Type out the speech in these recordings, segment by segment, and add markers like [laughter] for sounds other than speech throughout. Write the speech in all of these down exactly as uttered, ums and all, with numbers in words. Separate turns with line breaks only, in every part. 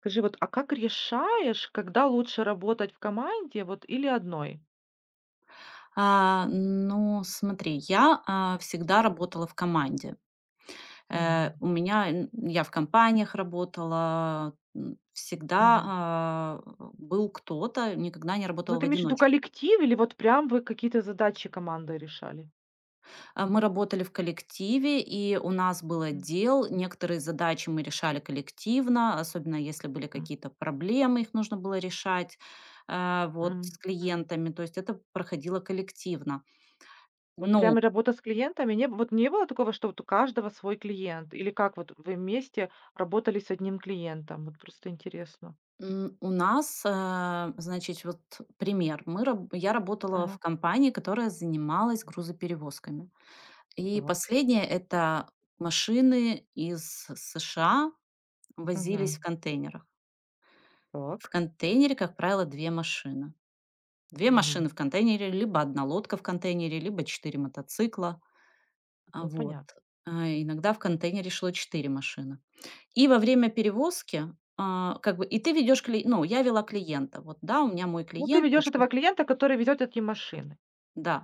Скажи, вот, а как решаешь, когда лучше работать в команде, вот, или одной?
А, ну, смотри, я, а, всегда работала в команде. Э,
Мгм,
у меня н я в компаниях работала, м, всегда,
мгм.
а, был кто-то, никогда не
Ну,
работала в
ты имеешь в виду
одиночку.
коллектив или вот прям вы какие-то задачи командой решали?
А, мы работали в коллективе, и у нас был
Мгм.
отдел, некоторые задачи мы решали коллективно, особенно если были
М,
какие-то проблемы, их нужно было решать, а, вот,
м,
с
м.
клиентами, то есть это проходило коллективно.
Вот
Но.
прям работа с клиентами, не б вот не было такого, что вот у каждого свой клиент? Или как вот вы вместе работали с одним клиентом? Вот просто интересно.
М, у нас, э, значит, вот пример. Мы раб я работала в
Ага.
компании, которая занималась грузоперевозками. И
Так.
последнее- это машины из США возились в
Мгм.
контейнерах. В
Так.
контейнере, как правило, две машины. Две
Мгм.
машины в контейнере, либо одна лодка в контейнере, либо четыре мотоцикла. А,
Ну,
вот.
понятно.
А, Иногда в контейнере шло четыре машины. И во время перевозки, а, как бы, и ты ведешь кли ну, я вела клиента. Вот, да, у меня мой
Ну, ты
клиент.
ведешь этого клиента, который везёт эти машины.
Да.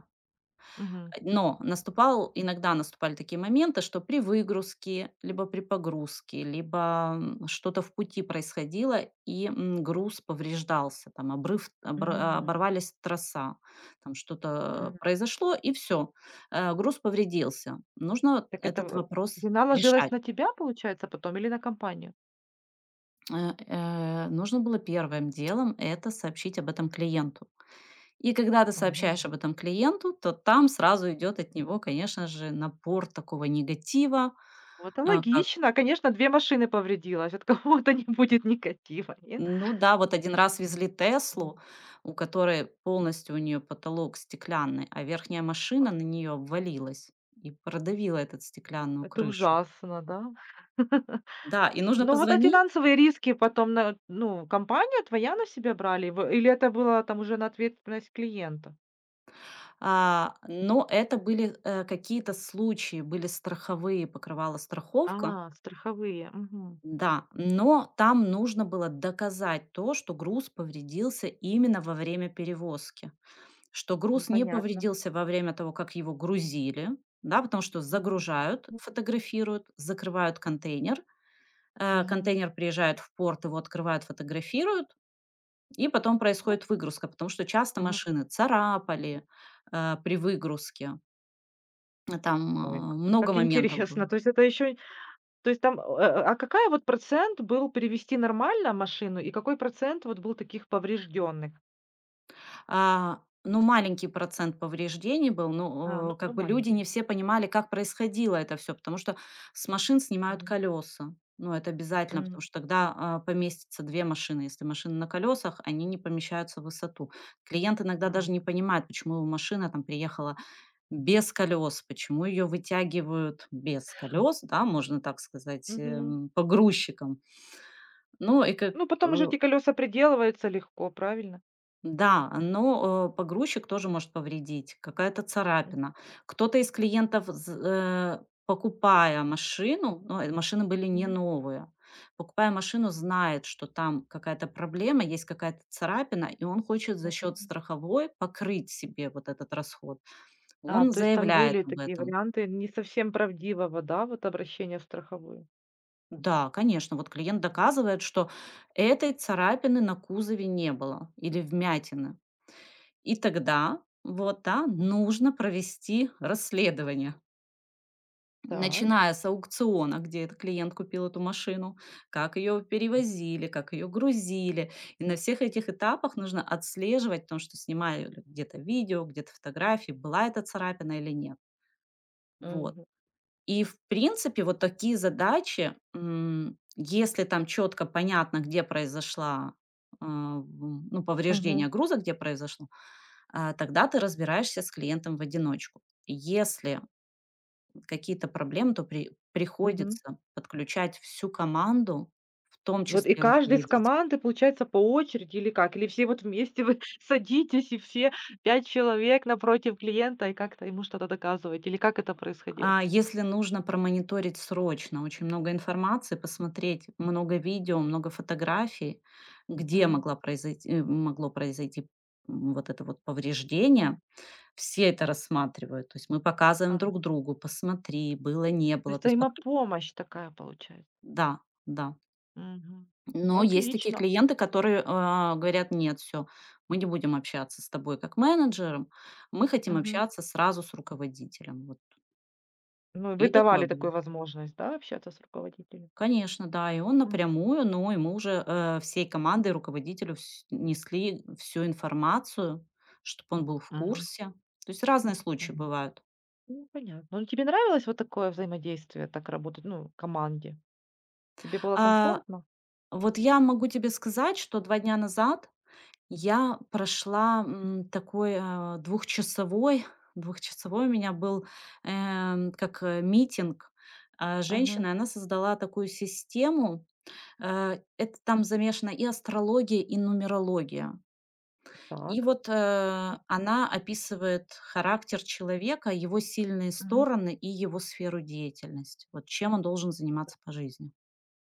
Мгм.
э, Но наступал иногда наступали такие моменты, что при выгрузке, либо при погрузке, либо, м, что-то в пути происходило, и, м, груз повреждался, там обрыв обр а,
Мгм.
оборвались троса, там что-то
М.
произошло, и все, груз повредился. Нужно
Так, это
этот
в
вопрос
вина ложилась
решать.
на тебя, получается, потом или на компанию?
Э, э, нужно было первым делом это сообщить об этом клиенту. И когда ты
Мгм.
сообщаешь об этом клиенту, то там сразу идет от него, конечно же, напор такого негатива.
Ну, это
А, как
логично. А, конечно, две машины повредилось. От кого-то не будет негатива, нет?
Ну да, вот один раз везли "Теслу",
М,
у которой полностью у нее потолок стеклянный, а верхняя машина на нее обвалилась и продавила этот стеклянную
это
крышу.
ужасно, да? [laughs]
Да, и нужно
Ну, вот, а
позвонить.
финансовые риски потом на ну, компания твоя на себя брали, в или это было там уже на ответственность клиента?
А, но это были, э, какие-то случаи, были страховые, покрывала страховка.
А, страховые, мгм.
Да, но там нужно было доказать то, что груз повредился именно во время перевозки, что
М,
груз не
понятно.
повредился во время того, как его грузили, да, потому что
Мгм.
загружают, фотографируют, закрывают контейнер, э,
Мгм.
контейнер приезжает в порт, его открывают, фотографируют, и потом
Ну,
происходит выгрузка, потому что часто
мгм.
машины царапали э, при выгрузке. Э, там
Ой,
э,
как
много
как
моментов
интересно.
было.
То есть это еще. То есть там, э, э, а какая вот процент был перевести нормально машину и какой процент вот был таких поврежденных?
А, ну, маленький процент повреждений был,
А,
но, э,
ну
как
ну,
бы люди
маленький.
не все понимали, как происходило это все, потому что с машин снимают
Мгм.
колеса. Ну, это обязательно, потому
М.
что тогда, а, поместится две машины. Если машины на колесах, они не помещаются в высоту. Клиент иногда даже
Мгм.
не понимает, почему его машина там приехала без колес, почему ее вытягивают без колес, да, можно так сказать,
Мгм.
эм, погрузчиком. Ну и как.
Ну, потом уже
э
эти колеса приделываются легко, правильно?
Да, но, э, погрузчик тоже может повредить, какая-то
М.
царапина. Кто-то из клиентов, з э, покупая машину, но, э, машины были не
Мгм.
новые, покупая машину, знает, что там какая-то проблема, есть какая-то царапина, и он хочет за счет
Мгм.
страховой покрыть себе вот этот расход.
А,
Он
то есть там
заявляет
были
об
такие
этом.
варианты не совсем правдивого, да, вот обращения в страховую.
Да, конечно, вот клиент доказывает, что этой царапины на кузове не было или вмятины. И тогда, вот, да, нужно провести расследование,
Так.
начиная с аукциона, где этот клиент купил эту машину, как ее перевозили, как ее грузили. И на всех этих этапах нужно отслеживать, потому что снимали где-то видео, где-то фотографии, была эта царапина или нет. Вот.
Мгм.
И, в принципе, вот такие задачи, м, если там четко понятно, где произошла а, м, ну,
Мгм.
повреждение груза, где произошло, а, тогда ты разбираешься с клиентом в одиночку. Если какие-то проблемы, то при-
Мгм.
приходится подключать всю команду, в том
Вот и
числе
каждый из
руководителя.
команды, получается, по очереди или как? Или все вот вместе вы [laughs] садитесь, и все пять человек напротив клиента, и как-то ему что-то доказываете? Или как это происходило?
А если нужно промониторить срочно, очень много информации, посмотреть много видео, много фотографий, где
Мгм.
могла произойти, э, могло произойти м, вот это вот
М.
повреждение, все это рассматривают. То есть мы показываем
Ага.
друг другу, посмотри, было, не
То
было.
есть
То есть, подк-
взаимопомощь такая получается.
да, да.
Мгм. Ну,
Но есть такие
отлично.
клиенты, которые, а, говорят: "Нет, все, мы не будем общаться с тобой как менеджером, мы хотим
Мгм.
общаться сразу с руководителем". Вот.
Ну, и вы
И такое
давали
было.
такую возможность, да, общаться с руководителем?
Конечно, да, и он
М.
напрямую, но и мы уже, э, всей командой руководителю вс несли всю информацию, чтобы он был в
Мгм.
курсе. То есть разные случаи
Мгм.
бывают.
Ну, понятно. Ну, тебе нравилось вот такое взаимодействие, так работать, ну, в команде? Тебе было
А,
комфортно?
вот я могу тебе сказать, что два дня назад я прошла, м, такой, а, двухчасовой двухчасовой у меня был, эм, как, э, митинг, а, женщины.
Мгм.
Она создала такую систему, э, это там замешана и астрология, и нумерология. И
Так.
вот, э, она описывает характер человека, его сильные стороны и его сферу деятельности. Вот чем он должен заниматься по жизни.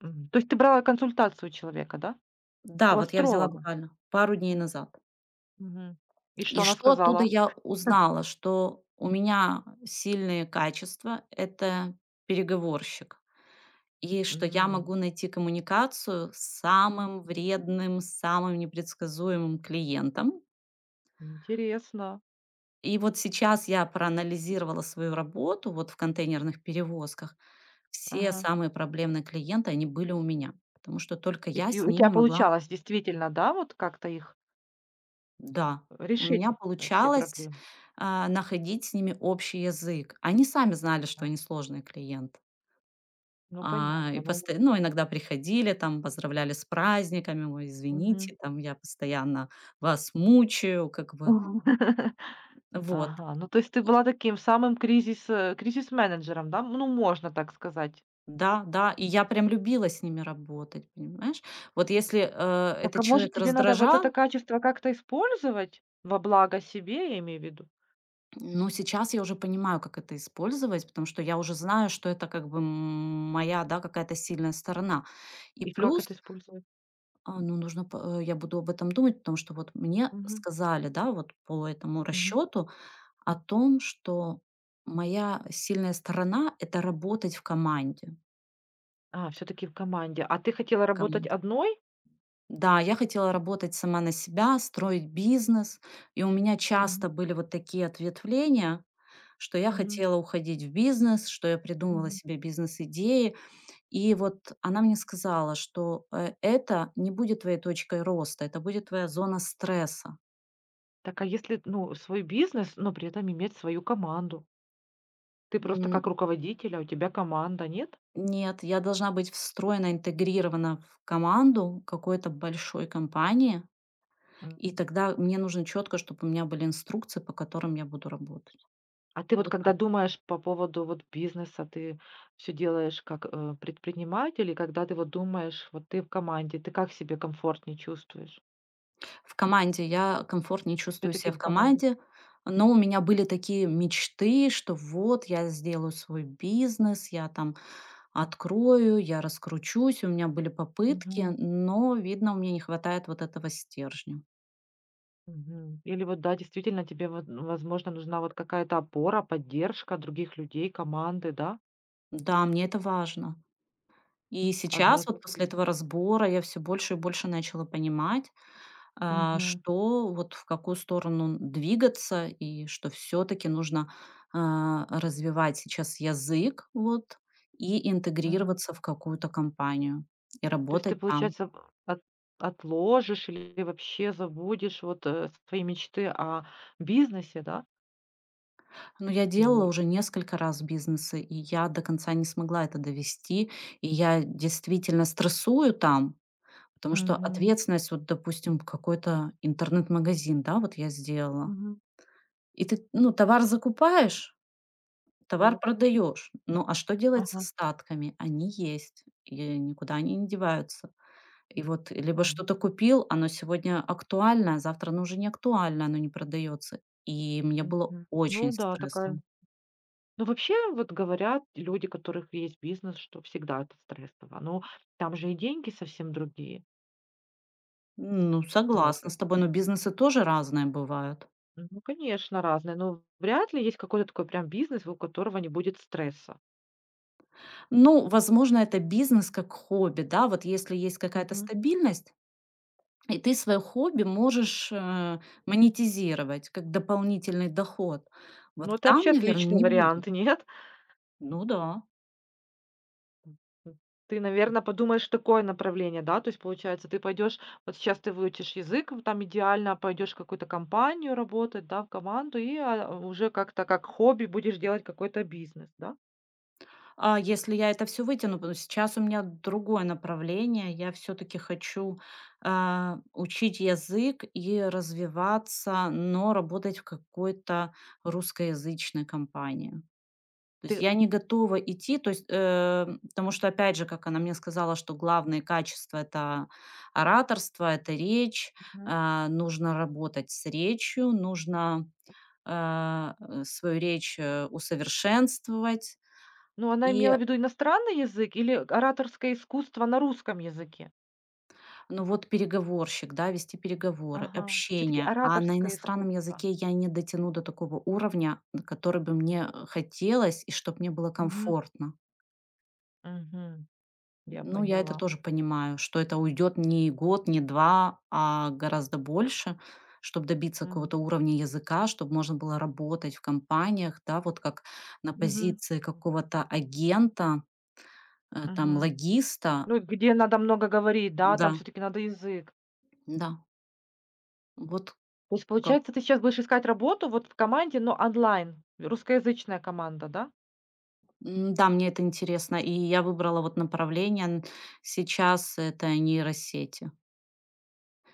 Мгм. То есть ты брала консультацию у человека, да?
Да,
У
вот я взяла
астролога?
буквально пару дней
М,
назад.
мгм. И что
И
она
что оттуда
сказала?
я узнала? Что у меня сильные качества- это переговорщик. И что я
М,
могу найти коммуникацию с самым вредным, самым непредсказуемым клиентом.
интересно.
И вот сейчас я проанализировала свою работу вот в контейнерных перевозках. Все
Ага.
самые проблемные клиенты, они были у меня, потому что только
И
я
ты
с
у
ними
тебя
могла.
получалось действительно, да, вот как-то их
Да, у меня
решить, э, все
получалось,
проблемы?
а, находить с ними общий язык. Они сами знали, что
М,
они сложный клиент.
ну,
А, и
понятно, ну,
посто ну, иногда приходили, там, поздравляли с праздниками, ой,
мгм.
извините, там, я постоянно вас мучаю, как бы,
[laughs]
вот.
Ага, ну, то есть ты
И
была таким самым кризис э, кризис-менеджером, да? Ну, можно так сказать.
да, да, и я прям любила с ними работать, понимаешь? Вот если, э,
Так,
этот
а может,
человек
тебе надо вот
раздражал.
это качество как-то использовать во благо себе, я имею в виду?
Ну, сейчас я уже понимаю, как это использовать, потому что я уже знаю, что это как бы м, моя, да, какая-то сильная сторона. И
И как
плюс,
это использовать?
а, ну, нужно, по- э, я буду об этом думать, потому что вот мне
Мгм,
сказали, да, вот по этому
мгм.
расчету о том, что моя сильная сторона– это работать в команде.
А, все таки в команде. А ты хотела
В
работать
команде.
одной?
Да, я хотела работать сама на себя, строить бизнес, и у меня
Мгм,
часто были вот такие ответвления, что я
мгм,
хотела уходить в бизнес, что я придумывала
мгм.
себе бизнес-идеи. И вот она мне сказала, что э, это не будет твоей точкой роста, это будет твоя зона стресса.
Так, а если, ну, свой бизнес, но при этом иметь свою команду? Ты просто как
М,
руководитель, а у тебя команда, нет?
Нет, я должна быть встроена, интегрирована в команду какой-то большой компании,
М.
и тогда мне нужно четко, чтобы у меня были инструкции, по которым я буду работать.
А ты вот
Вот.
когда думаешь по поводу вот бизнеса, ты все делаешь как, э, предприниматель, и когда ты вот думаешь, вот ты в команде, ты как себе комфортнее чувствуешь?
В команде я комфортнее
Все
чувствую себя
таки
в
в команде?
команде, но у меня были такие мечты, что вот я сделаю свой бизнес, я там открою, я раскручусь. У меня были попытки,
Мгм,
но, видно, мне не хватает вот этого стержня.
мгм. Или вот, да, действительно тебе вот, ну, возможно, нужна вот какая-то опора, поддержка других людей, команды, да?
Да, мне это важно. И сейчас,
Одной
вот после
кухни.
этого разбора, я все больше и больше начала понимать, а,
Мгм,
что вот в какую сторону двигаться и что все-таки нужно а, развивать сейчас язык вот и
мгм.
интегрироваться в какую-то компанию и
То есть ты,
работать там.
получается, в от отложишь или вообще забудешь вот, э, свои мечты о бизнесе, да?
Но я делала
И
уже несколько раз бизнесы, и я до конца не смогла это довести, и я действительно стрессую там, потому что
мгм,
ответственность, вот, допустим, какой-то интернет-магазин, да, вот я сделала,
мгм.
и ты, ну, товар закупаешь, товар
Так.
продаешь, ну, а что делать с
Ага,
остатками? Они есть, и никуда они не деваются. И вот либо
ага.
что-то купил, оно сегодня актуально, а завтра оно уже не актуально, оно не продается. И мне было
Мгм. Ну
очень
да, такая.
стрессово.
Ну, вообще, вот говорят люди, у которых есть бизнес, что всегда это стрессово. Но там же и деньги совсем другие.
Ну,
Ну вот
согласна
как.
с тобой, но бизнесы тоже разные бывают.
Ну, конечно, разные, но вряд ли есть какой-то такой прям бизнес, у которого не будет стресса.
Ну, возможно, это бизнес как хобби, да, вот если есть какая-то
Мгм.
стабильность, и ты свое хобби можешь э, монетизировать как дополнительный доход. Вот
Ну, это
там,
вообще
наверное,
отличный
не будет.
вариант, нет?
Ну да.
М, ты, наверное, подумаешь такое направление, да? То есть, получается, ты пойдешь вот сейчас ты выучишь язык, в там идеально пойдешь в какую-то компанию работать, да, в команду и, а, уже как-то как хобби будешь делать какой-то бизнес, да?
А если я это все вытяну, потому что сейчас у меня другое направление. Я все таки хочу, а, учить язык и развиваться, но работать в какой-то русскоязычной компании. То есть
Ты
я не готова идти, то есть, э, потому что, опять же, как она мне сказала, что главное качество это ораторство, это речь,
Мгм.
а, нужно работать с речью, нужно, а, э, свою речь, э, усовершенствовать.
Ну, она
И
имела в виду иностранный язык или ораторское искусство на русском языке?
Ну вот переговорщик, да, вести переговоры,
Ага, всё-таки
общение. А на
ораторское
иностранном
искусство.
языке я не дотяну до такого уровня, на который бы мне э, хотелось и чтобы мне было
Мгм,
комфортно.
мгм. Я
Ну, я это
поняла.
тоже понимаю, что это уйдет не год, не два, а гораздо больше, чтобы добиться какого-то
Мгм,
уровня языка, чтобы можно было работать в компаниях, да, вот как на
мгм,
позиции какого-то агента, э, там,
мгм.
логиста,
Ну, и где надо много говорить, да, там
да,
все таки надо язык.
да, вот.
То есть, получается, ты сейчас будешь искать работу вот в команде, но онлайн, русскоязычная команда, да?
М, да, мне это интересно, и я выбрала вот направление. Н Сейчас это нейросети.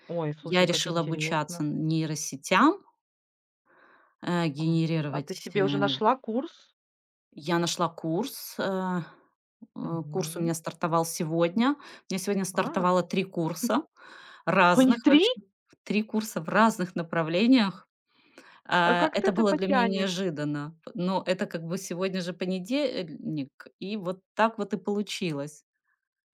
Ой,
Я
слушай, как
решила обучаться
интересно.
н нейросетям, э,
Ага. Вот. А ты
генерировать,
себе уже
э.
нашла курс?
Я нашла курс, э, э, курс у меня
Мгм.
стартовал сегодня. У меня сегодня
А,
стартовало три курса
о, не
разных
три?
вообще, три курса в разных направлениях.
А
Э,
как ты
это
это
было для меня
потянешь
неожиданно, но это как бы сегодня же понедельник, и вот так вот и получилось.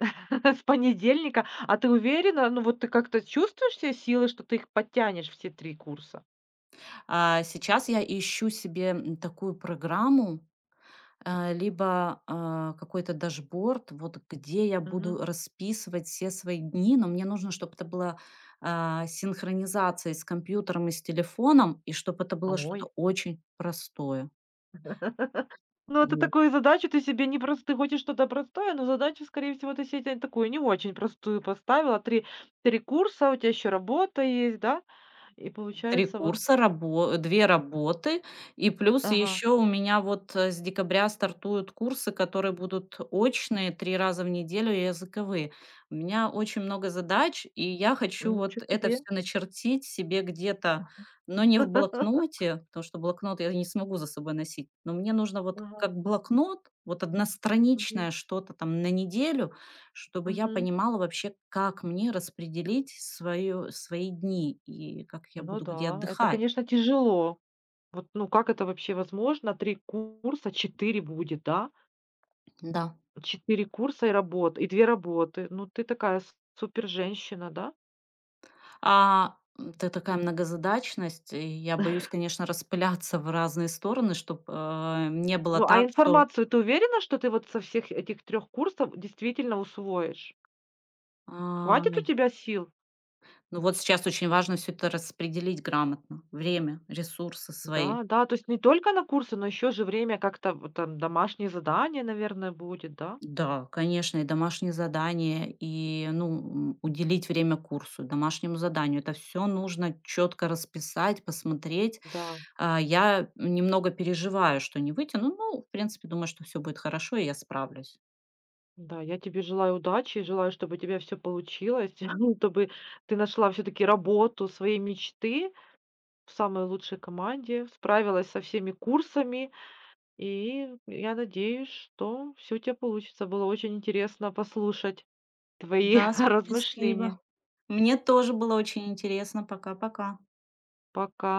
[laughs] с понедельника? А ты уверена? Ну, вот ты как-то чувствуешь все силы, что ты их подтянешь, все три курса?
А сейчас я ищу себе, м, такую программу, э, либо, а, какой-то дашборд, вот где я буду
Мгм.
расписывать все свои дни, но мне нужно, чтобы это было, а, синхронизацией с компьютером и с телефоном, и чтобы это было
Ой.
что-то очень простое.
[laughs] Ну, это
Вот.
такую задачу ты себе не просто, ты хочешь что-то простое, но задачу, скорее всего, ты себе тя- такую не очень простую поставила. три три курса, у тебя еще работа есть, да? И
Три
получается вот.
курса, рабо две работы, и плюс
Ага,
еще у меня вот, э, с декабря стартуют курсы, которые будут очные три раза в неделю и языковые. У меня очень много задач, и я хочу
ничё
вот это
себе.
все начертить себе где-то, но не в
[laughs]
блокноте, потому что блокнот я не смогу за собой носить, но мне нужно вот
Ага,
как блокнот, вот
мгм,
одностраничное что-то там на неделю, чтобы я
мгм.
понимала вообще, как мне распределить свою свои дни и как я
Ну
буду где
да, это,
отдыхать.
конечно, тяжело. Вот, ну, как это вообще возможно? Три курса, четыре будет, да?
Да.
Четыре курса и работа и две работы. Ну, ты такая супер женщина, да?
А, это такая многозадачность. И я боюсь, конечно, распыляться в разные стороны, чтобы не было
Ну, а
так, что,
информацию ты уверена, что ты вот со всех этих трех курсов действительно усвоишь?
а,
Хватит у
й
тебя сил?
ну, вот сейчас очень важно все это распределить грамотно. Время, ресурсы свои.
Да, да, то есть не только на курсы, но еще же время как-то вот там домашние задания, наверное, будет, да?
Да, конечно, и домашние задания, и, ну, м, уделить время курсу, домашнему заданию. Это все нужно четко расписать, посмотреть.
Да,
А, я немного переживаю, что не вытяну. Ну, в принципе, думаю, что все будет хорошо, и я справлюсь.
да, я тебе желаю удачи, желаю, чтобы у тебя все получилось, [laughs] ну, чтобы ты нашла все таки работу своей мечты в самой лучшей команде, справилась со всеми курсами. И я надеюсь, что все у тебя получится. Было очень интересно послушать твои
Да,
[laughs]
спасибо.
размышления.
Мне тоже было очень интересно. Пока-пока.
Пока.